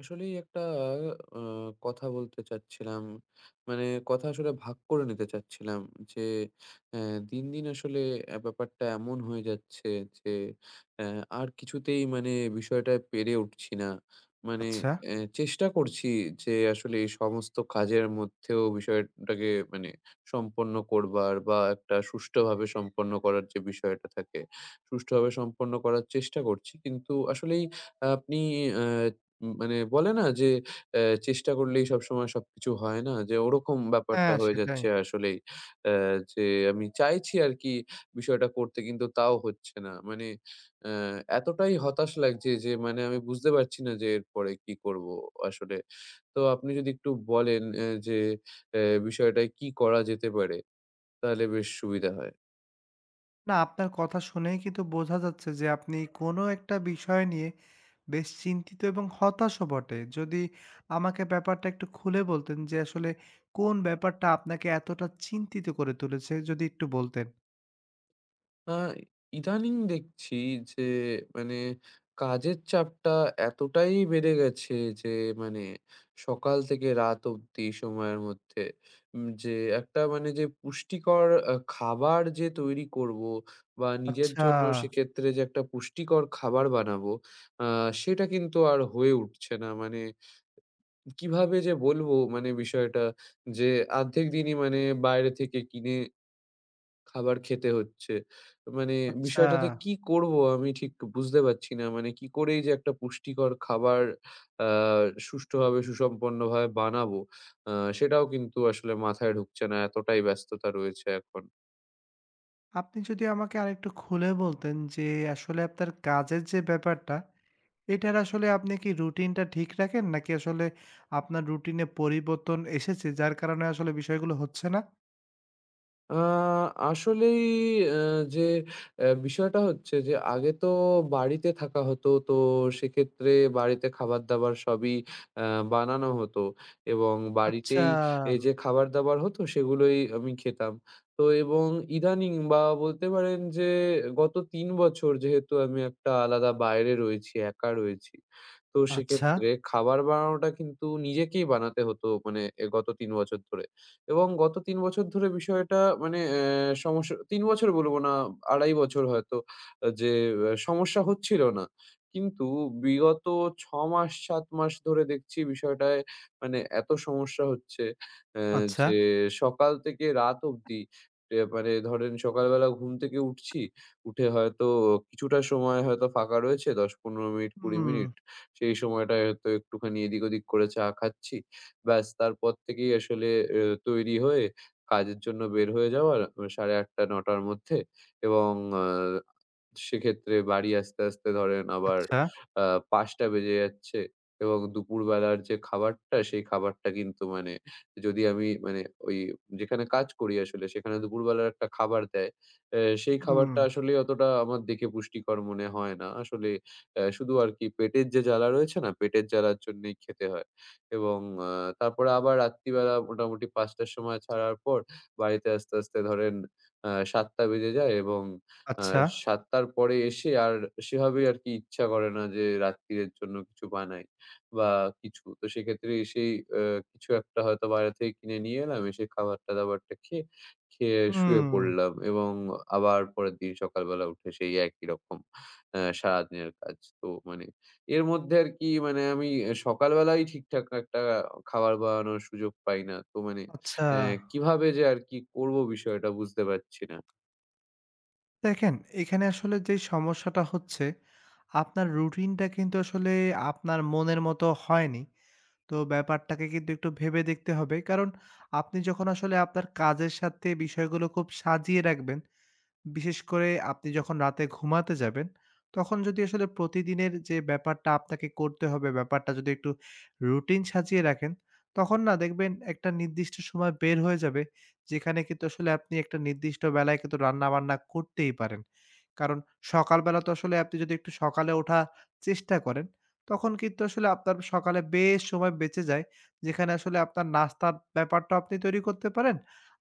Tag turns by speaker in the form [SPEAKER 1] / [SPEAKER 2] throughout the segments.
[SPEAKER 1] আসলেই একটা আ কথা বলতে চাচ্ছিলাম। মানে কথা আসলে ভাগ করে নিতে চাচ্ছিলাম যে, অ্যা দিন, দিন আসলে ব্যাপারটা এমন হয়ে যাচ্ছে যে, অ্যা আর কিছুতেই মানে বিষয়টা পেরে উঠছি না। মানে
[SPEAKER 2] আচ্ছা।
[SPEAKER 1] চেষ্টা করছি যে আসলে এই সমস্ত কাজের মধ্যেও বিষয়টাকে মানে সম্পন্ন করবার বা একটা সুষ্ঠুভাবে সম্পন্ন করার যে বিষয়টা থাকে, সুষ্ঠুভাবে সম্পন্ন করার চেষ্টা করছি। কিন্তু আসলেই আপনি অ্যা উম মানে বলে না যে চেষ্টা করলেই সবসময় সবকিছু হয় না? যে ওরকম ব্যাপারটা
[SPEAKER 2] হ্যাঁ,
[SPEAKER 1] হয়ে
[SPEAKER 2] সেটাই।
[SPEAKER 1] যাচ্ছে আসলেই। অ্যা যে আমি চাইছি আরকি বিষয়টা করতে, কিন্তু তাও হচ্ছে না। মানে অ্যা এতটাই হতাশ লাগছে যে মানে আমি বুঝতে পারছি না যে এরপরে কি করবো আসলে। তো আপনি যদি একটু বলেন যে অ্যা বিষয়টায় কি করা যেতে পারে? তাহলে বেশ সুবিধা হয়।
[SPEAKER 2] না, আপনার কথা শুনেই কিন্তু বোঝা যাচ্ছে যে আপনি কোনো একটা বিষয় নিয়ে বেশ চিন্তিত এবং হতাশও বটে। যদি আমাকে ব্যাপারটা একটু খুলে বলতেন যে আসলে কোন ব্যাপারটা আপনাকে এতটা চিন্তিত করে তুলেছে যদি একটু বলতেন?
[SPEAKER 1] আ ইদানিং দেখছি যে মানে কাজের চাপটা এতটাই বেড়ে গেছে যে মানে সকাল থেকে রাত অব্দি সময়ের মধ্যে যে একটা মানে যে পুষ্টিকর খাবার যে তৈরি করব বা নিজের
[SPEAKER 2] আচ্ছা।
[SPEAKER 1] জন্য সেক্ষেত্রে যে একটা পুষ্টিকর খাবার বানাবো, আ সেটা কিন্তু আর হয়ে উঠছে না। মানে কিভাবে যে বলবো মানে বিষয়টা, যে অর্ধেক দিনই মানে বাইরে থেকে কিনে খাবার খেতে হচ্ছে। মানে
[SPEAKER 2] আচ্ছা।
[SPEAKER 1] বিষয়টাতে কি করব আমি ঠিক বুঝতে পারছি না। মানে কি করে এই যে একটা পুষ্টিকর খাবার আ সুষ্ঠুভাবে সুসম্পন্নভাবে বানাবো, আ সেটাও কিন্তু আসলে মাথায় ঢুকছে না। এতটাই ব্যস্ততা রয়েছে এখন।
[SPEAKER 2] আপনি যদি আমাকে আরেকটু খুলে বলতেন যে আসলে আপনার কাজের যে ব্যাপারটা, এটার আসলে আপনি কি রুটিনটা ঠিক রাখেন নাকি আসলে আপনার রুটিনে পরিবর্তন এসেছে যার কারণে আসলে বিষয়গুলো হচ্ছে না?
[SPEAKER 1] আ আসলেই, আ যে বিষয়টা হচ্ছে যে আগে তো বাড়িতে থাকা হতো। তো সেক্ষেত্রে বাড়িতে খাবার-দাবার সবই আ বানানো হতো এবং
[SPEAKER 2] আচ্ছা।
[SPEAKER 1] বাড়িতেই এই যে খাবার-দাবার হতো সেগুলোই আমি খেতাম। তো এবং ইদানিং বা বলতে পারেন যে গত ৩ বছর যেহেতু আমি একটা আলাদা বাইরে রয়েছি, একা রয়েছি। তো
[SPEAKER 2] আচ্ছা।
[SPEAKER 1] সেক্ষেত্রে খাবার বানানোটা কিন্তু নিজেকেই বানাতে হতো, মানে গত ৩ বছর ধরে। এবং গত ৩ বছর ধরে বিষয়টা মানে, সমস্যা ৩ বছর বলব না, ২.৫ বছর হয়তো যে সমস্যা হচ্ছিল না। কিন্তু বিগত ৬ মাস ৭ মাস ধরে দেখছি বিষয়টায় মানে এত সমস্যা হচ্ছে অ্যা
[SPEAKER 2] আচ্ছা।
[SPEAKER 1] যে সকাল থেকে রাত অবধি মানে ধরেন সকালবেলা ঘুম থেকে উঠছি, উঠে হয়তো কিছুটা সময় হয়তো ফাঁকা রয়েছে ১০-১৫ মিনিট, ২০
[SPEAKER 2] হুম।
[SPEAKER 1] মিনিট। সেই সময়টায় হয়তো একটুখানি এদিক ওদিক করে চা খাচ্ছি। ব্যাস, তারপর থেকেই আসলে তৈরি হয়ে কাজের জন্য বের হয়ে যাওয়ার ৮:৩০ ৯:০০ র মধ্যে, এবং আ সেক্ষেত্রে বাড়ি আসতে, আসতে ধরেন আবার
[SPEAKER 2] আচ্ছা।
[SPEAKER 1] আ ৫:০০ বেজে যাচ্ছে। এবং দুপুরবেলার যে খাবারটা, সেই খাবারটা কিন্তু মানে, যদি আমি মানে ওই যেখানে কাজ করি আসলে সেখানে দুপুরবেলার একটা খাবার দেয়। সেই
[SPEAKER 2] হুম।
[SPEAKER 1] খাবারটা আসলে অতটা আমার দেখে পুষ্টিকর মনে হয় না আসলে। শুধু আরকি পেটের যে জ্বালা রয়েছে না, পেটের জ্বালার জন্যেই খেতে হয়। এবং আ তারপরে আবার রাত্রিবেলা মোটামুটি ৫:০০ র সময় ছাড়ার পর বাড়িতে আসতে, আসতে ধরেন ৭:০০ বেজে যায়। এবং আ
[SPEAKER 2] আচ্ছা।
[SPEAKER 1] ৭:০০ র পরে এসে আর সেভাবেই আরকি ইচ্ছা করে না যে রাত্তিরের জন্য কিছু বানাই বা কিছু। তো সেক্ষেত্রে এসেই কিছু একটা হয়তো বাইরে থেকে কিনে নিয়ে এলাম। এসে খাবারটা-দাবারটা খেয়ে, খেয়ে শুয়ে
[SPEAKER 2] হুম।
[SPEAKER 1] পড়লাম। এবং আবার পরের দিন সকালবেলা উঠে সেই একই রকম সারাদিনের কাজ। তো মানে এর মধ্যে আরকি মানে আমি সকালবেলাই ঠিকঠাক একটা খাবার বানানোর সুযোগ পাই না। তো মানে
[SPEAKER 2] আচ্ছা।
[SPEAKER 1] অ্যা কিভাবে যে আরকি করব বিষয়টা বুঝতে পারছি না।
[SPEAKER 2] দেখেন, এখানে আসলে যেই সমস্যাটা হচ্ছে, আপনার রুটিনটা কিন্তু আসলে আপনার মনের মতো হয়নি। তো ব্যাপারটাকে কিন্তু একটু ভেবে দেখতে হবে। কারণ আপনি যখন আসলে আপনার কাজের সাথে বিষয়গুলো খুব সাজিয়ে রাখবেন, বিশেষ করে আপনি যখন রাতে ঘুমাতে যাবেন, তখন যদি আসলে প্রতিদিনের যে ব্যাপারটা আপনাকে করতে হবে, ব্যাপারটা যদি একটু রুটিন সাজিয়ে রাখেন, তখন না দেখবেন একটা নির্দিষ্ট সময় বের হয়ে যাবে, যেখানে কিন্তু আসলে আপনি একটা নির্দিষ্ট বেলায় কিন্তু রান্নাবান্না করতেই পারেন। কারণ সকালবেলা তো আসলে আপনি যদি একটু সকালে ওঠার চেষ্টা করেন, তখন কিন্তু আসলে আপনার সকালে বেশ সময় বেঁচে যায়, যেখানে আসলে আপনার নাস্তার ব্যাপারটাও আপনি তৈরি করতে পারেন।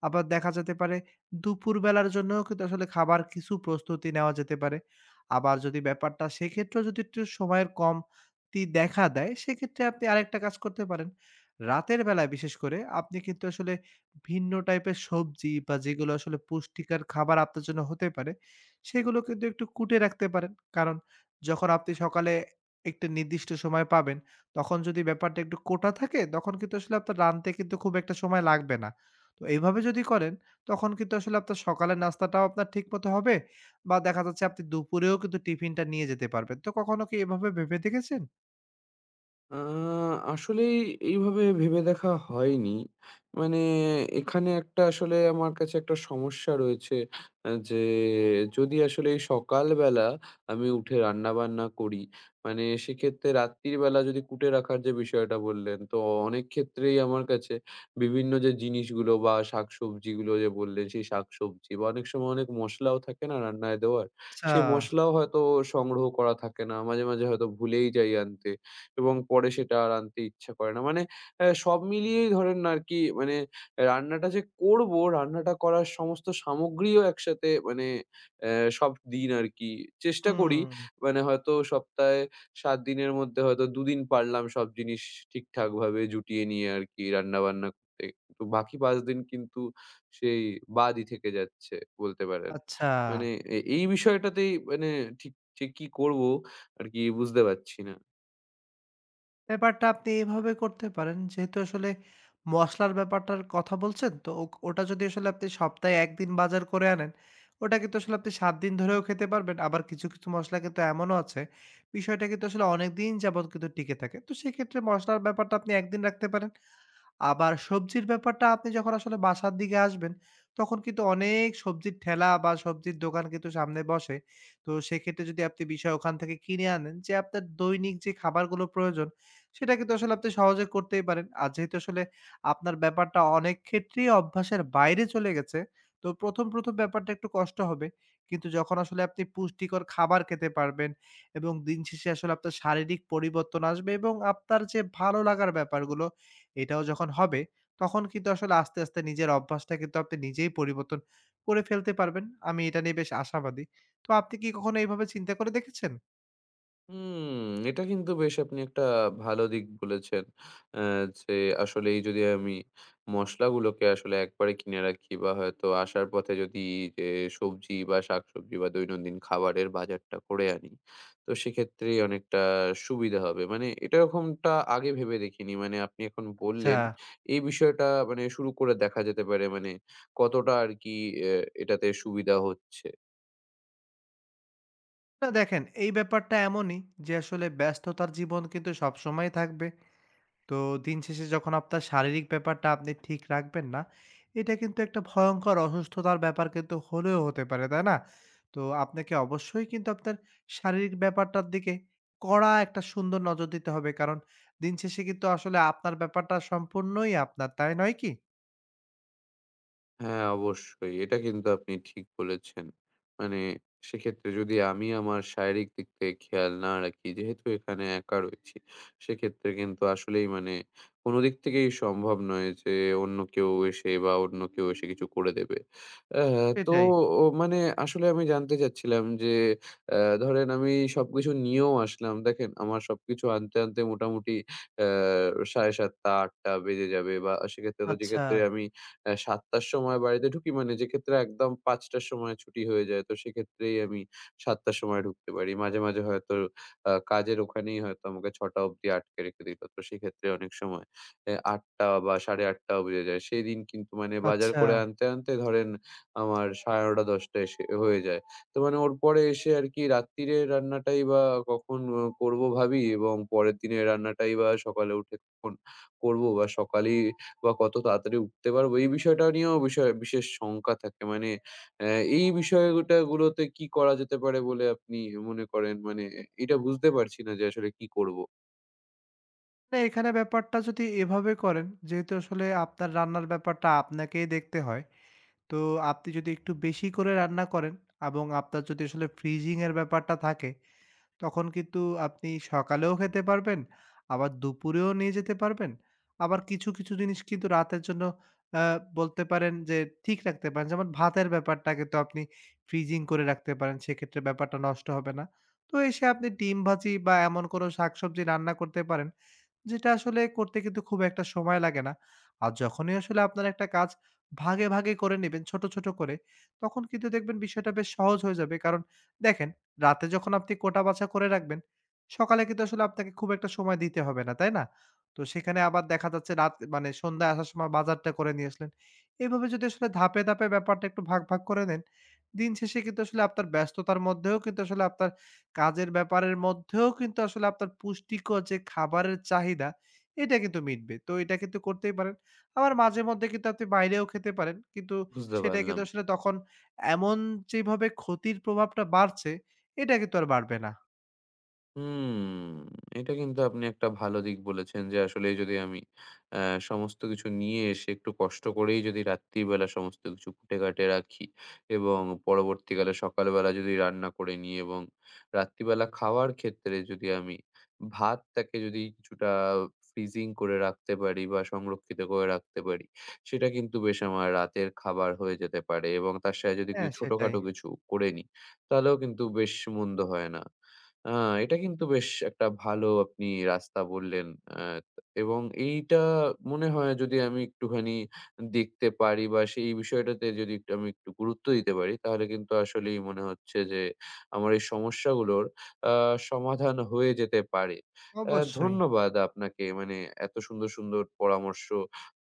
[SPEAKER 2] আবার দেখা যেতে পারে দুপুরবেলার জন্যও কিন্তু আসলে খাবার কিছু প্রস্তুতি নেওয়া যেতে পারে। আবার যদি ব্যাপারটা সেক্ষেত্রেও যদি একটু সময়ের কমতি দেখা দেয়, সেক্ষেত্রে আপনি আরেকটা কাজ করতে পারেন। রাতের বেলায় বিশেষ করে আপনি কিন্তু আসলে ভিন্ন টাইপের সবজি বা যেগুলো আসলে পুষ্টিকর খাবার আপনার জন্য হতে পারে, সেগুলো কিন্তু একটু কুটে রাখতে পারেন। কারণ যখন আপনি সকালে একটা নির্দিষ্ট সময় পাবেন, তখন যদি ব্যাপারটা একটু কোটা থাকে, তখন কিন্তু আসলে আপনার রানতে কিন্তু খুব একটা সময় লাগবে না। তো এভাবে যদি করেন তখন কিন্তু আসলে আপনার সকালের নাস্তাটাও আপনার ঠিকমতো হবে বা দেখা যাচ্ছে আপনি দুপুরেও কিন্তু টিফিনটা নিয়ে যেতে পারবেন। তো কখনো কি এভাবে ভেবে দেখেছেন?
[SPEAKER 1] আ আসলেই এইভাবে ভেবে দেখা হয়নি। মানে এখানে একটা আসলে আমার কাছে একটা সমস্যা রয়েছে। যে যদি আসলে এই সকালবেলা আমি উঠে রান্নাবান্না করি, মানে সেক্ষেত্রে রাত্রির বেলা যদি কুটে রাখার যে বিষয়টা বললেন, তো অনেক ক্ষেত্রেই আমার কাছে বিভিন্ন যে জিনিসগুলো বা শাকসবজিগুলো যে বললেন, সেই শাকসবজি বা অনেক সময় অনেক মসলাও থাকে না রান্নায় দেওয়ার,
[SPEAKER 2] আচ্ছা।
[SPEAKER 1] সেই মসলাও হয়তো সংগ্রহ করা থাকে না। মাঝে, মাঝে হয়তো ভুলেই যাই আনতে। এবং পরে সেটা আর আনতে ইচ্ছা করে না। মানে সব মিলিয়েই ধরেন না আরকি মানে রান্নাটা যে করবো, রান্নাটা করার সমস্ত সামগ্রীও একসাথে মানে অ্যা সব দিন আরকি চেষ্টা করি।
[SPEAKER 2] হুম।
[SPEAKER 1] মানে হয়তো সপ্তাহে ৭ দিনের মধ্যে হয়তো ২ দিন পারলাম সব জিনিস ঠিকঠাকভাবে জুটিয়ে নিয়ে আরকি রান্নাবান্না করতে। তো বাকি ৫ দিন কিন্তু সেই বাদই থেকে যাচ্ছে বলতে পারেন।
[SPEAKER 2] আচ্ছা।
[SPEAKER 1] মানে এই বিষয়টাতেই মানে ঠিক যে কি করবো আরকি বুঝতে পারছি না।
[SPEAKER 2] ব্যাপারটা আপনি এভাবে করতে পারেন। যেহেতু আসলে মসলার ব্যাপারটার কথা বলছেন, তো ওটা যদি আসলে আপনি সপ্তাহে ১ দিন বাজার করে আনেন, ওটা কিন্তু আসলে আপনি ৭ দিন ধরেও খেতে পারবেন। আবার কিছু, কিছু মসলা কিন্তু এমনও আছে, বিষয়টা কিন্তু আসলে অনেকদিন যাবৎ কিন্তু টিকে থাকে। তো সেক্ষেত্রে মসলার ব্যাপারটা আপনি ১ দিন রাখতে পারেন। আবার সবজির ব্যাপারটা আপনি যখন আসলে বাসার দিকে আসবেন, তখন কিন্তু অনেক সবজির ঠেলা বা সবজির দোকান কিন্তু সামনে বসে। তো সেক্ষেত্রে যদি আপনি বিষয় ওখান থেকে কিনে আনেন যে আপনার দৈনিক যে খাবারগুলো প্রয়োজন, সেটা কিন্তু আসলে আপনি সহজে করতেই পারেন। আর যেহেতু আসলে আপনার ব্যাপারটা অনেক ক্ষেত্রেই অভ্যাসের বাইরে চলে গেছে, তো ১ম, ১ম ব্যাপারটা একটু কষ্ট হবে। কিন্তু যখন আসলে আপনি পুষ্টিকর খাবার খেতে পারবেন এবং দিন শেষে আসলে আপনার শারীরিক পরিবর্তন আসবে এবং আপনার যে ভালো লাগার ব্যাপারগুলো এটাও যখন হবে, তখন কিন্তু আসলে আস্তে, আস্তে নিজের অভ্যাসটা কিন্তু আপনি নিজেই পরিবর্তন করে ফেলতে পারবেন। আমি এটা নিয়ে বেশ আশাবাদী। তো আপনি কি কখনো এইভাবে চিন্তা করে দেখেছেন?
[SPEAKER 1] হুম, এটা কিন্তু বেশ আপনি একটা ভালো দিক বলেছেন। অ্যা যে আসলেই যদি আমি মসলাগুলোকে আসলে একবারে কিনে রাখি বা হয়তো আসার পথে যদি যে সবজি বা শাকসবজি বা দৈনন্দিন খাবারের বাজারটা করে আনি, তো সেক্ষেত্রেই অনেকটা সুবিধা হবে। মানে এটা এরকমটা আগে ভেবে দেখিনি। মানে আপনি এখন
[SPEAKER 2] আচ্ছা।
[SPEAKER 1] বললেন, এই বিষয়টা মানে শুরু করে দেখা যেতে পারে মানে কতটা আরকি অ্যা এটাতে সুবিধা হচ্ছে।
[SPEAKER 2] না দেখেন, এই ব্যাপারটা এমনই যে আসলে ব্যস্ততার জীবন কিন্তু সবসময়ই থাকবে। তো দিন শেষে যখন আপনার শারীরিক ব্যাপারটা আপনি ঠিক রাখবেন না, এটা কিন্তু একটা ভয়ংকর অসুস্থতার ব্যাপার কিন্তু হলেও হতে পারে, তাই না? তো আপনাকে অবশ্যই কিন্তু আপনার শারীরিক ব্যাপারটার দিকে কড়া একটা সুন্দর নজর দিতে হবে। কারণ দিন শেষে কিন্তু আসলে আপনার ব্যাপারটা সম্পূর্ণই আপনার, তাই নয় কি?
[SPEAKER 1] হ্যাঁ, অবশ্যই। এটা কিন্তু আপনি ঠিক বলেছেন। মানে সেক্ষেত্রে যদি আমি আমার শারীরিক দিক থেকে খেয়াল না রাখি, যেহেতু এখানে একা রয়েছি, সেক্ষেত্রে কিন্তু আসলেই মানে কোনো দিক থেকেই সম্ভব নয় যে অন্য কেউ এসে বা অন্য কেউ এসে কিছু করে দেবে। অ্যা তো
[SPEAKER 2] সেটাই।
[SPEAKER 1] মানে আসলে আমি জানতে চাচ্ছিলাম যে, ধরেন আমি সবকিছু নিয়েও আসলাম। দেখেন আমার সবকিছু আনতে, আনতে মোটামুটি অ্যা ৭:৩০ ৮:০০ টা বেজে যাবে, বা সেক্ষেত্রে তো,
[SPEAKER 2] আচ্ছা।
[SPEAKER 1] যেক্ষেত্রে আমি ৭:০০ র সময় বাড়িতে ঢুকি মানে, যেক্ষেত্রে একদম ৫:০০ র সময় ছুটি হয়ে যায়। তো সেক্ষেত্রেই আমি ৭:০০ র সময় ঢুকতে পারি। মাঝে, মাঝে হয়তো কাজের ওখানেই হয়তো আমাকে ৬:০০ অব্দি আটকে রেখে দিল। তো সেক্ষেত্রে অনেক সময় অ্যা ৮:০০ বা ৮:৩০ ও বেজে যায়। সেদিন কিন্তু মানে বাজার
[SPEAKER 2] আচ্ছা।
[SPEAKER 1] করে আনতে, আনতে ধরেন আমার ৯:৩০ ১০:০০ এসে হয়ে যায়। তো মানে ওর পরে এসে আর কি রাত্তিরের রান্নাটাই বা কখন করব ভাবি, এবং পরের দিনের রান্নাটাই বা সকালে উঠে কখন করব, বা সকালেই বা কত তাড়াতাড়ি উঠতে পারবো? এই বিষয়টা নিয়েও বিষয় বিশেষ শঙ্কা থাকে। মানে অ্যা এই বিষয়টা গুলোতে কি করা যেতে পারে বলে আপনি মনে করেন? মানে এটা বুঝতে পারছি না যে আসলে কি করব?
[SPEAKER 2] না, এখানে ব্যাপারটা যদি এভাবে করেন, যেহেতু আসলে আপনার রান্নার ব্যাপারটা আপনাকেই দেখতে হয়, তো আপনি যদি একটু বেশি করে রান্না করেন এবং আপনার যদি আসলে ফ্রিজিং এর ব্যাপারটা থাকে, তখন কিন্তু আপনি সকালেও খেতে পারবেন, আবার দুপুরেও নিয়ে যেতে পারবেন। আবার কিছু, কিছু জিনিস কিন্তু রাতের জন্য আ বলতে পারেন যে ঠিক রাখতে পারেন। যেমন ভাতের ব্যাপারটাকে তো আপনি ফ্রিজিং করে রাখতে পারেন, সেক্ষেত্রে ব্যাপারটা নষ্ট হবে না। তো এসে আপনি ডিম ভাজি বা এমন কোনো শাকসবজি রান্না করতে পারেন, যেটা আসলে করতে কিন্তু খুব একটা সময় লাগে না। আর যখনই আসলে আপনার একটা কাজ ভাগে, ভাগে করে নিবেন ছোট, ছোট করে, তখন কিন্তু দেখবেন বিষয়টা বেশ সহজ হয়ে যাবে। কারণ দেখেন, রাতে যখন আপনি কোটা বাছা করে রাখবেন, সকালে কিন্তু আসলে আপনাকে খুব একটা সময় দিতে হবে না, তাই না? তো সেখানে আবার দেখা যাচ্ছে রাত মানে সন্ধ্যায় আসার সময় বাজারটা করে নিয়ে আসলেন। এভাবে যদি আসলে ধাপে, ধাপে ব্যাপারটা একটু ভাগ, ভাগ করে নেন, দিন শেষে কিন্তু আসলে আপনার ব্যস্ততার মধ্যেও কিন্তু আসলে আপনার কাজের ব্যাপারের মধ্যেও কিন্তু আসলে আপনার পুষ্টিকর যে খাবারের চাহিদা, এটা কিন্তু মিটবে। তো এটা কিন্তু করতেই পারেন। আবার মাঝে মধ্যে কিন্তু আপনি বাইরেও খেতে পারেন। কিন্তু
[SPEAKER 1] বুঝতে
[SPEAKER 2] সেটা
[SPEAKER 1] পারলাম।
[SPEAKER 2] কিন্তু আসলে তখন এমন যেভাবে ক্ষতির প্রভাবটা বাড়ছে, এটা কিন্তু আর বাড়বে না।
[SPEAKER 1] হুম, এটা কিন্তু আপনি একটা ভালো দিক বলেছেন যে আসলেই যদি আমি আ সমস্ত কিছু নিয়ে এসে একটু কষ্ট করেই যদি রাত্রিবেলা সমস্ত কিছু কুটে-কাটে রাখি এবং পরবর্তীকালে সকালবেলা যদি রান্না করে নিই এবং রাত্রিবেলা খাওয়ার ক্ষেত্রে যদি আমি ভাতটাকে যদি কিছুটা ফ্রিজিং করে রাখতে পারি বা সংরক্ষিত করে রাখতে পারি, সেটা কিন্তু বেশ আমার রাতের খাবার হয়ে যেতে পারে এবং তার সাথে যদি
[SPEAKER 2] হ্যাঁ,
[SPEAKER 1] কিছু
[SPEAKER 2] সেটাই।
[SPEAKER 1] ছোটখাটো কিছু করে নিই, তাহলেও কিন্তু বেশ মন্দ হয় না। আ এটা কিন্তু বেশ একটা ভালো আপনি রাস্তা বললেন। আ এবং এইটা মনে হয়, যদি আমি একটুখানি দেখতে পারি বা সেই বিষয়টাতে যদি একটু আমি একটু গুরুত্ব দিতে পারি, তাহলে কিন্তু আসলেই মনে হচ্ছে যে আমার এই সমস্যাগুলোর আ সমাধান হয়ে যেতে পারে। আ
[SPEAKER 2] অবশ্যই।
[SPEAKER 1] ধন্যবাদ আপনাকে, মানে এত সুন্দর, সুন্দর পরামর্শ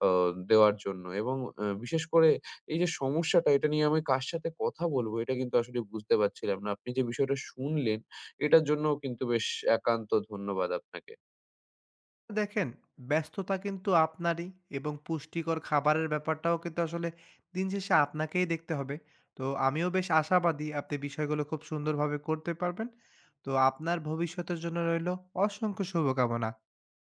[SPEAKER 1] অ দেওয়ার জন্য। এবং বিশেষ করে এই যে সমস্যাটা, এটা নিয়ে আমি কার সাথে কথা বলবো এটা কিন্তু আসলে বুঝতে পারছিলাম না। আপনি যে বিষয়টা শুনলেন, এটার জন্যও কিন্তু বেশ একান্ত ধন্যবাদ আপনাকে।
[SPEAKER 2] দেখেন, ব্যস্ততা কিন্তু আপনারই এবং পুষ্টিকর খাবারের ব্যাপারটাও কিন্তু আসলে দিন শেষে আপনাকেই দেখতে হবে। তো আমিও বেশ আশাবাদী আপনি বিষয়গুলো খুব সুন্দরভাবে করতে পারবেন। তো আপনার ভবিষ্যতের জন্য রইল অসংখ্য শুভকামনা।